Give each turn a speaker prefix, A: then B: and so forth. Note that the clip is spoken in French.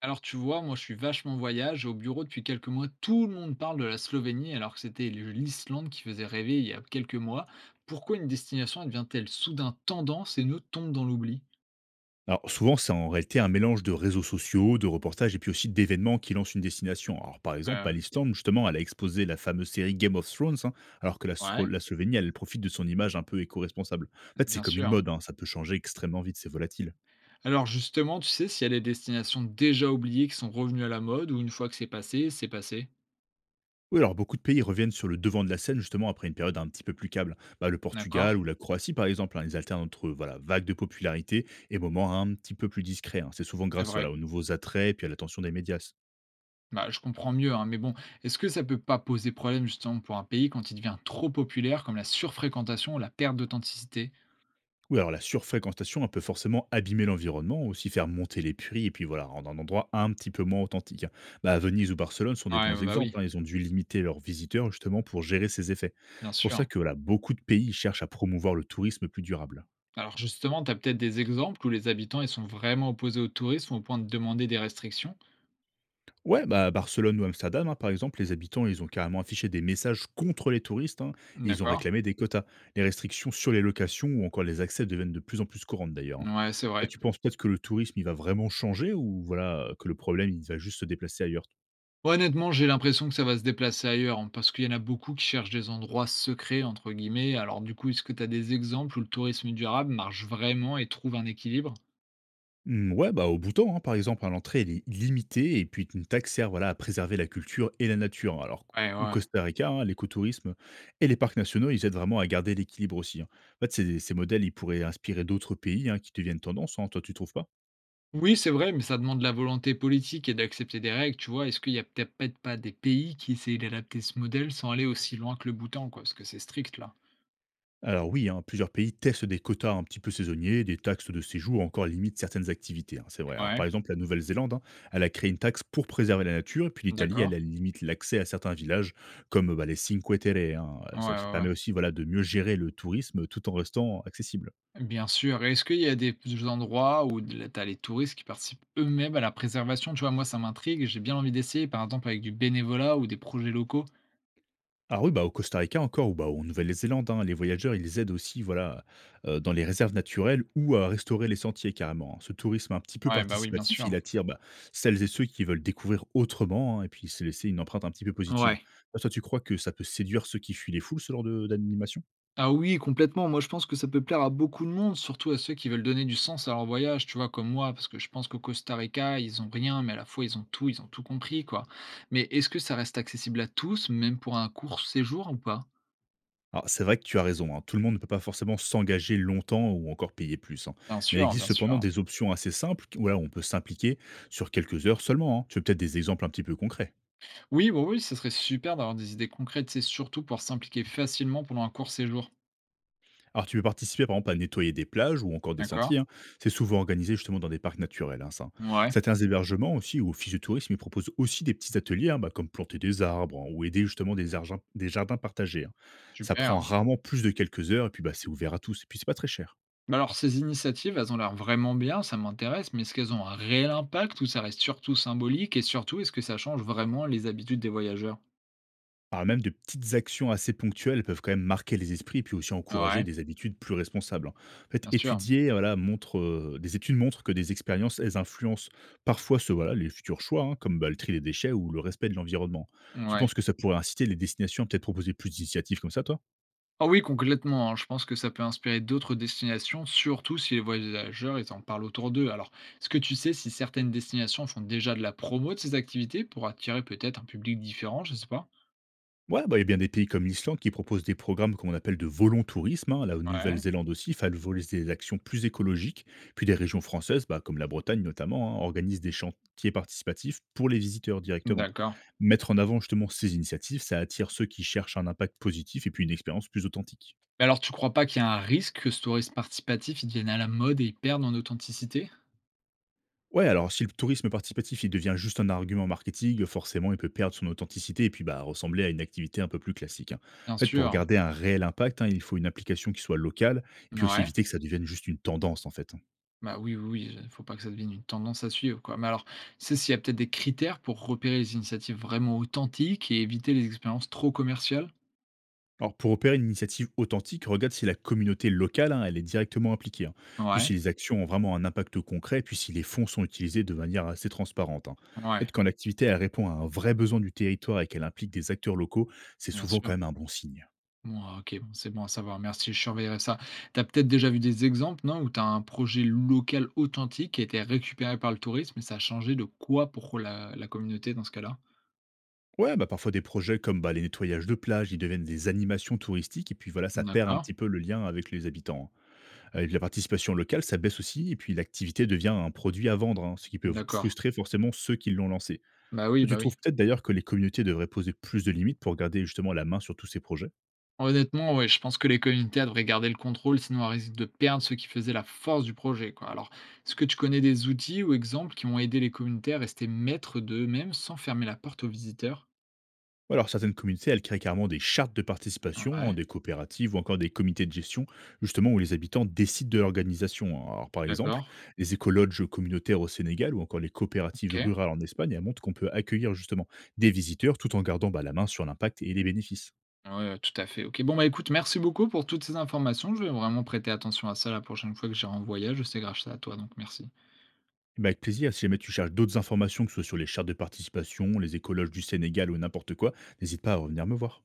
A: Alors tu vois, moi je suis vachement voyage. Au bureau depuis quelques mois, tout le monde parle de la Slovénie alors que c'était l'Islande qui faisait rêver il y a quelques mois. Pourquoi une destination elle devient-elle soudain tendance et nous tombe dans l'oubli?
B: Alors souvent, c'est en réalité un mélange de réseaux sociaux, de reportages et puis aussi d'événements qui lancent une destination. Alors par
A: Euh,
B: exemple, à l'Islande, justement, elle a exposé la fameuse série Game of Thrones, hein, alors que
A: ouais,
B: la Slovénie, elle profite de son image un peu éco-responsable. En fait, c'est
A: bien
B: comme une
A: sûr.
B: mode, hein, ça peut changer extrêmement vite, c'est volatile.
A: Alors justement, tu sais s'il y a des destinations déjà oubliées qui sont revenues à la mode ou une fois que c'est passé, c'est passé.
B: Oui, alors beaucoup de pays reviennent sur le devant de la scène justement après une période un petit peu plus câble. Bah, le
A: D'accord.
B: Portugal ou la Croatie par exemple, hein, ils alternent entre voilà, vagues de popularité et moments un petit peu plus discrets, hein. C'est souvent
A: C'est
B: grâce
A: vrai.
B: voilà, aux nouveaux attraits et puis à l'attention des médias.
A: Bah, je comprends mieux, hein, mais bon, est-ce que ça peut pas poser problème justement pour un pays quand il devient trop populaire comme la surfréquentation ou la perte d'authenticité?
B: Oui, alors la surfréquentation, elle peut forcément abîmer l'environnement, aussi faire monter les prix, et puis voilà, rendre un endroit un petit peu moins authentique, hein. Bah, Venise ou Barcelone sont des bons
A: Ouais, bah oui,
B: exemples, hein, ils ont dû limiter leurs visiteurs justement pour gérer ces effets.
A: bien
B: C'est pour
A: sûr.
B: ça que voilà, beaucoup de pays cherchent à promouvoir le tourisme plus durable.
A: Alors justement, tu as peut-être des exemples où les habitants ils sont vraiment opposés au tourisme au point de demander des restrictions?
B: Ouais, bah, à Barcelone ou Amsterdam, hein, par exemple, les habitants, ils ont carrément affiché des messages contre les touristes, hein, et ils ont
A: D'accord.
B: réclamé des quotas. Les restrictions sur les locations ou encore les accès deviennent de plus en plus courantes d'ailleurs, hein.
A: Ouais, c'est
B: Toi,
A: vrai.
B: tu penses peut-être que le tourisme, il va vraiment changer ou voilà que le problème, il va juste se déplacer ailleurs?
A: Honnêtement, j'ai l'impression que ça va se déplacer ailleurs, hein, parce qu'il y en a beaucoup qui cherchent des endroits secrets, entre guillemets. Alors du coup, est-ce que tu as des exemples où le tourisme durable marche vraiment et trouve un équilibre?
B: Mmh, ouais, bah, au Bhoutan, hein, par exemple, hein, l'entrée elle est limitée et puis une taxe sert voilà, à préserver la culture et la nature, hein. Alors,
A: Ouais,
B: au
A: ouais.
B: Costa Rica, hein, l'écotourisme et les parcs nationaux, ils aident vraiment à garder l'équilibre aussi, hein. En fait, ces modèles, ils pourraient inspirer d'autres pays, hein, qui deviennent tendance, hein, toi, tu trouves pas?
A: Oui, c'est vrai, mais ça demande de la volonté politique et d'accepter des règles, tu vois. Est-ce qu'il y a peut-être pas des pays qui essayent d'adapter ce modèle sans aller aussi loin que le Bhoutan, quoi, parce que c'est strict là.
B: Alors oui, hein, plusieurs pays testent des quotas un petit peu saisonniers, des taxes de séjour, encore limite certaines activités, hein, c'est vrai. Alors
A: Ouais,
B: par exemple, la Nouvelle-Zélande, hein, elle a créé une taxe pour préserver la nature, et puis l'Italie,
A: d'accord.
B: elle, elle limite l'accès à certains villages comme bah, les Cinque Terre, hein.
A: Ouais,
B: Ça
A: ouais, ouais.
B: permet aussi voilà, de mieux gérer le tourisme tout en restant accessible.
A: Bien sûr. Et est-ce qu'il y a des endroits où de tu as les touristes qui participent eux-mêmes à la préservation? Tu vois, moi, ça m'intrigue, j'ai bien envie d'essayer, par exemple, avec du bénévolat ou des projets locaux.
B: Ah oui, bah, au Costa Rica encore ou bah, en Nouvelle-Zélande, hein, les voyageurs, ils aident aussi voilà, dans les réserves naturelles ou à restaurer les sentiers carrément, hein. Ce tourisme un petit peu
A: Ouais, bah oui, bien
B: participatif, il
A: sûr.
B: attire, bah, celles et ceux qui veulent découvrir autrement, hein, et puis se laisser une empreinte un petit peu positive.
A: Ouais.
B: Bah, toi, tu crois que ça peut séduire ceux qui fuient les foules, ce genre de d'animation?
A: Ah oui, complètement. Moi, je pense que ça peut plaire à beaucoup de monde, surtout à ceux qui veulent donner du sens à leur voyage, tu vois, comme moi, parce que je pense qu'au Costa Rica, ils ont rien, mais à la fois, ils ont tout compris, quoi. Mais est-ce que ça reste accessible à tous, même pour un court séjour ou pas?
B: Alors c'est vrai que tu as raison, hein, tout le monde ne peut pas forcément s'engager longtemps ou encore payer plus, hein.
A: Bien
B: Mais il
A: sûr,
B: existe
A: bien
B: cependant
A: sûr.
B: des options assez simples q voilà, où on peut s'impliquer sur quelques heures seulement, hein. Tu veux peut-être des exemples un petit peu concrets?
A: Oui, oui, oui, ce serait super d'avoir des idées concrètes, c'est surtout pour s'impliquer facilement pendant un court séjour.
B: Alors, tu peux participer, par exemple, à nettoyer des plages ou encore des
A: D'accord.
B: sentiers, hein. C'est souvent organisé justement dans des parcs naturels, hein, ça, hein.
A: Ouais,
B: Certains hébergements aussi ou offices de tourisme ils proposent aussi des petits ateliers, hein, bah, comme planter des arbres, hein, ou aider justement des jardins partagés, hein. Ça prend
A: super.
B: rarement plus de quelques heures et puis bah, c'est ouvert à tous. Et puis, c'est pas très cher.
A: Bah alors ces initiatives, elles ont l'air vraiment bien, ça m'intéresse, mais est-ce qu'elles ont un réel impact ou ça reste surtout symbolique? Et surtout, est-ce que ça change vraiment les habitudes des voyageurs?
B: Alors même de petites actions assez ponctuelles peuvent quand même marquer les esprits et puis aussi encourager
A: Ouais,
B: des habitudes plus responsables, hein. En fait,
A: bien sûr.
B: des études montrent que des expériences, elles influencent parfois voilà, les futurs choix, hein, comme bah, le tri des déchets ou le respect de l'environnement. Tu
A: Ouais.
B: penses que ça pourrait inciter les destinations à peut-être proposer plus d'initiatives comme ça, toi?
A: Ah oui, complètement, hein. Je pense que ça peut inspirer d'autres destinations, surtout si les voyageurs, ils en parlent autour d'eux. Alors, est-ce que tu sais si certaines destinations font déjà de la promo de ces activités pour attirer peut-être un public différent, je sais pas?
B: Ouais, bah, il y a bien des pays comme l'Islande qui proposent des programmes qu'on appelle de volontourisme, hein. La
A: Ouais.
B: Nouvelle-Zélande aussi favorise des actions plus écologiques. Puis des régions françaises, bah, comme la Bretagne notamment, hein, organisent des chantiers participatifs pour les visiteurs directement.
A: D'accord.
B: Mettre en avant justement ces initiatives, ça attire ceux qui cherchent un impact positif et puis une expérience plus authentique.
A: Mais alors, tu crois pas qu'il y a un risque que ce tourisme participatif, il devienne à la mode et il perde en authenticité?
B: Ouais, alors si le tourisme participatif, il devient juste un argument marketing, forcément, il peut perdre son authenticité et puis bah, ressembler à une activité un peu plus classique, hein.
A: Bien
B: En fait, pour
A: sûr,
B: garder un réel impact, hein, il faut une application qui soit locale et puis aussi
A: ouais.
B: éviter que ça devienne juste une tendance, en fait, hein.
A: Bah, oui, oui, oui, faut pas que ça devienne une tendance à suivre, quoi. Mais alors, c'est s'il y a peut-être des critères pour repérer les initiatives vraiment authentiques et éviter les expériences trop commerciales?
B: Alors, pour opérer une initiative authentique, regarde si la communauté locale, hein, elle est directement impliquée, hein, puis si
A: Ouais,
B: les actions ont vraiment un impact concret, puis si les fonds sont utilisés de manière assez transparente, hein. En
A: ouais,
B: fait, quand l'activité, elle répond à un vrai besoin du territoire et qu'elle implique des acteurs locaux, c'est
A: bien
B: souvent quand
A: sûr.
B: même un bon signe.
A: Bon, ah, OK, bon, c'est bon à savoir. Merci, je surveillerai ça. Tu as peut-être déjà vu des exemples, non, où tu as un projet local authentique qui a été récupéré par le tourisme et ça a changé de quoi pour la communauté dans ce cas-là?
B: Ouais, bah parfois des projets comme bah, les nettoyages de plages, ils deviennent des animations touristiques, et puis voilà, ça perd un
A: D'accord.
B: petit peu le lien avec les habitants, hein. Et puis la participation locale, ça baisse aussi, et puis l'activité devient un produit à vendre, hein, ce qui peut
A: D'accord.
B: frustrer forcément ceux qui l'ont lancé.
A: Bah oui,
B: Toi, tu
A: bah oui.
B: trouves peut-être d'ailleurs que les communautés devraient poser plus de limites pour garder justement la main sur tous ces projets?
A: Honnêtement, ouais, je pense que les communautés elles devraient garder le contrôle, sinon elles risquent de perdre ce qui faisait la force du projet, quoi. Alors, est-ce que tu connais des outils ou exemples qui ont aidé les communautés à rester maîtres d'eux-mêmes sans fermer la porte aux visiteurs?
B: Ouais. Alors, certaines communautés, elles créent carrément des chartes de participation, hein,
A: Ouais,
B: des coopératives ou encore des comités de gestion, justement où les habitants décident de l'organisation, hein. Alors, par exemple,
A: d'accord.
B: les écologes communautaires au Sénégal ou encore les coopératives
A: OK.
B: rurales en Espagne, elles montrent qu'on peut accueillir justement des visiteurs tout en gardant bah, la main sur l'impact et les bénéfices.
A: Ouais, ouais, tout à fait. OK. Bon, bah écoute, merci beaucoup pour toutes ces informations. Je vais vraiment prêter attention à ça la prochaine fois que j'irai en voyage. C'est grâce à toi, donc merci.
B: Eh ben, avec plaisir, si jamais tu cherches d'autres informations, que ce soit sur les chartes de participation, les écologes du Sénégal ou n'importe quoi, n'hésite pas à revenir me voir.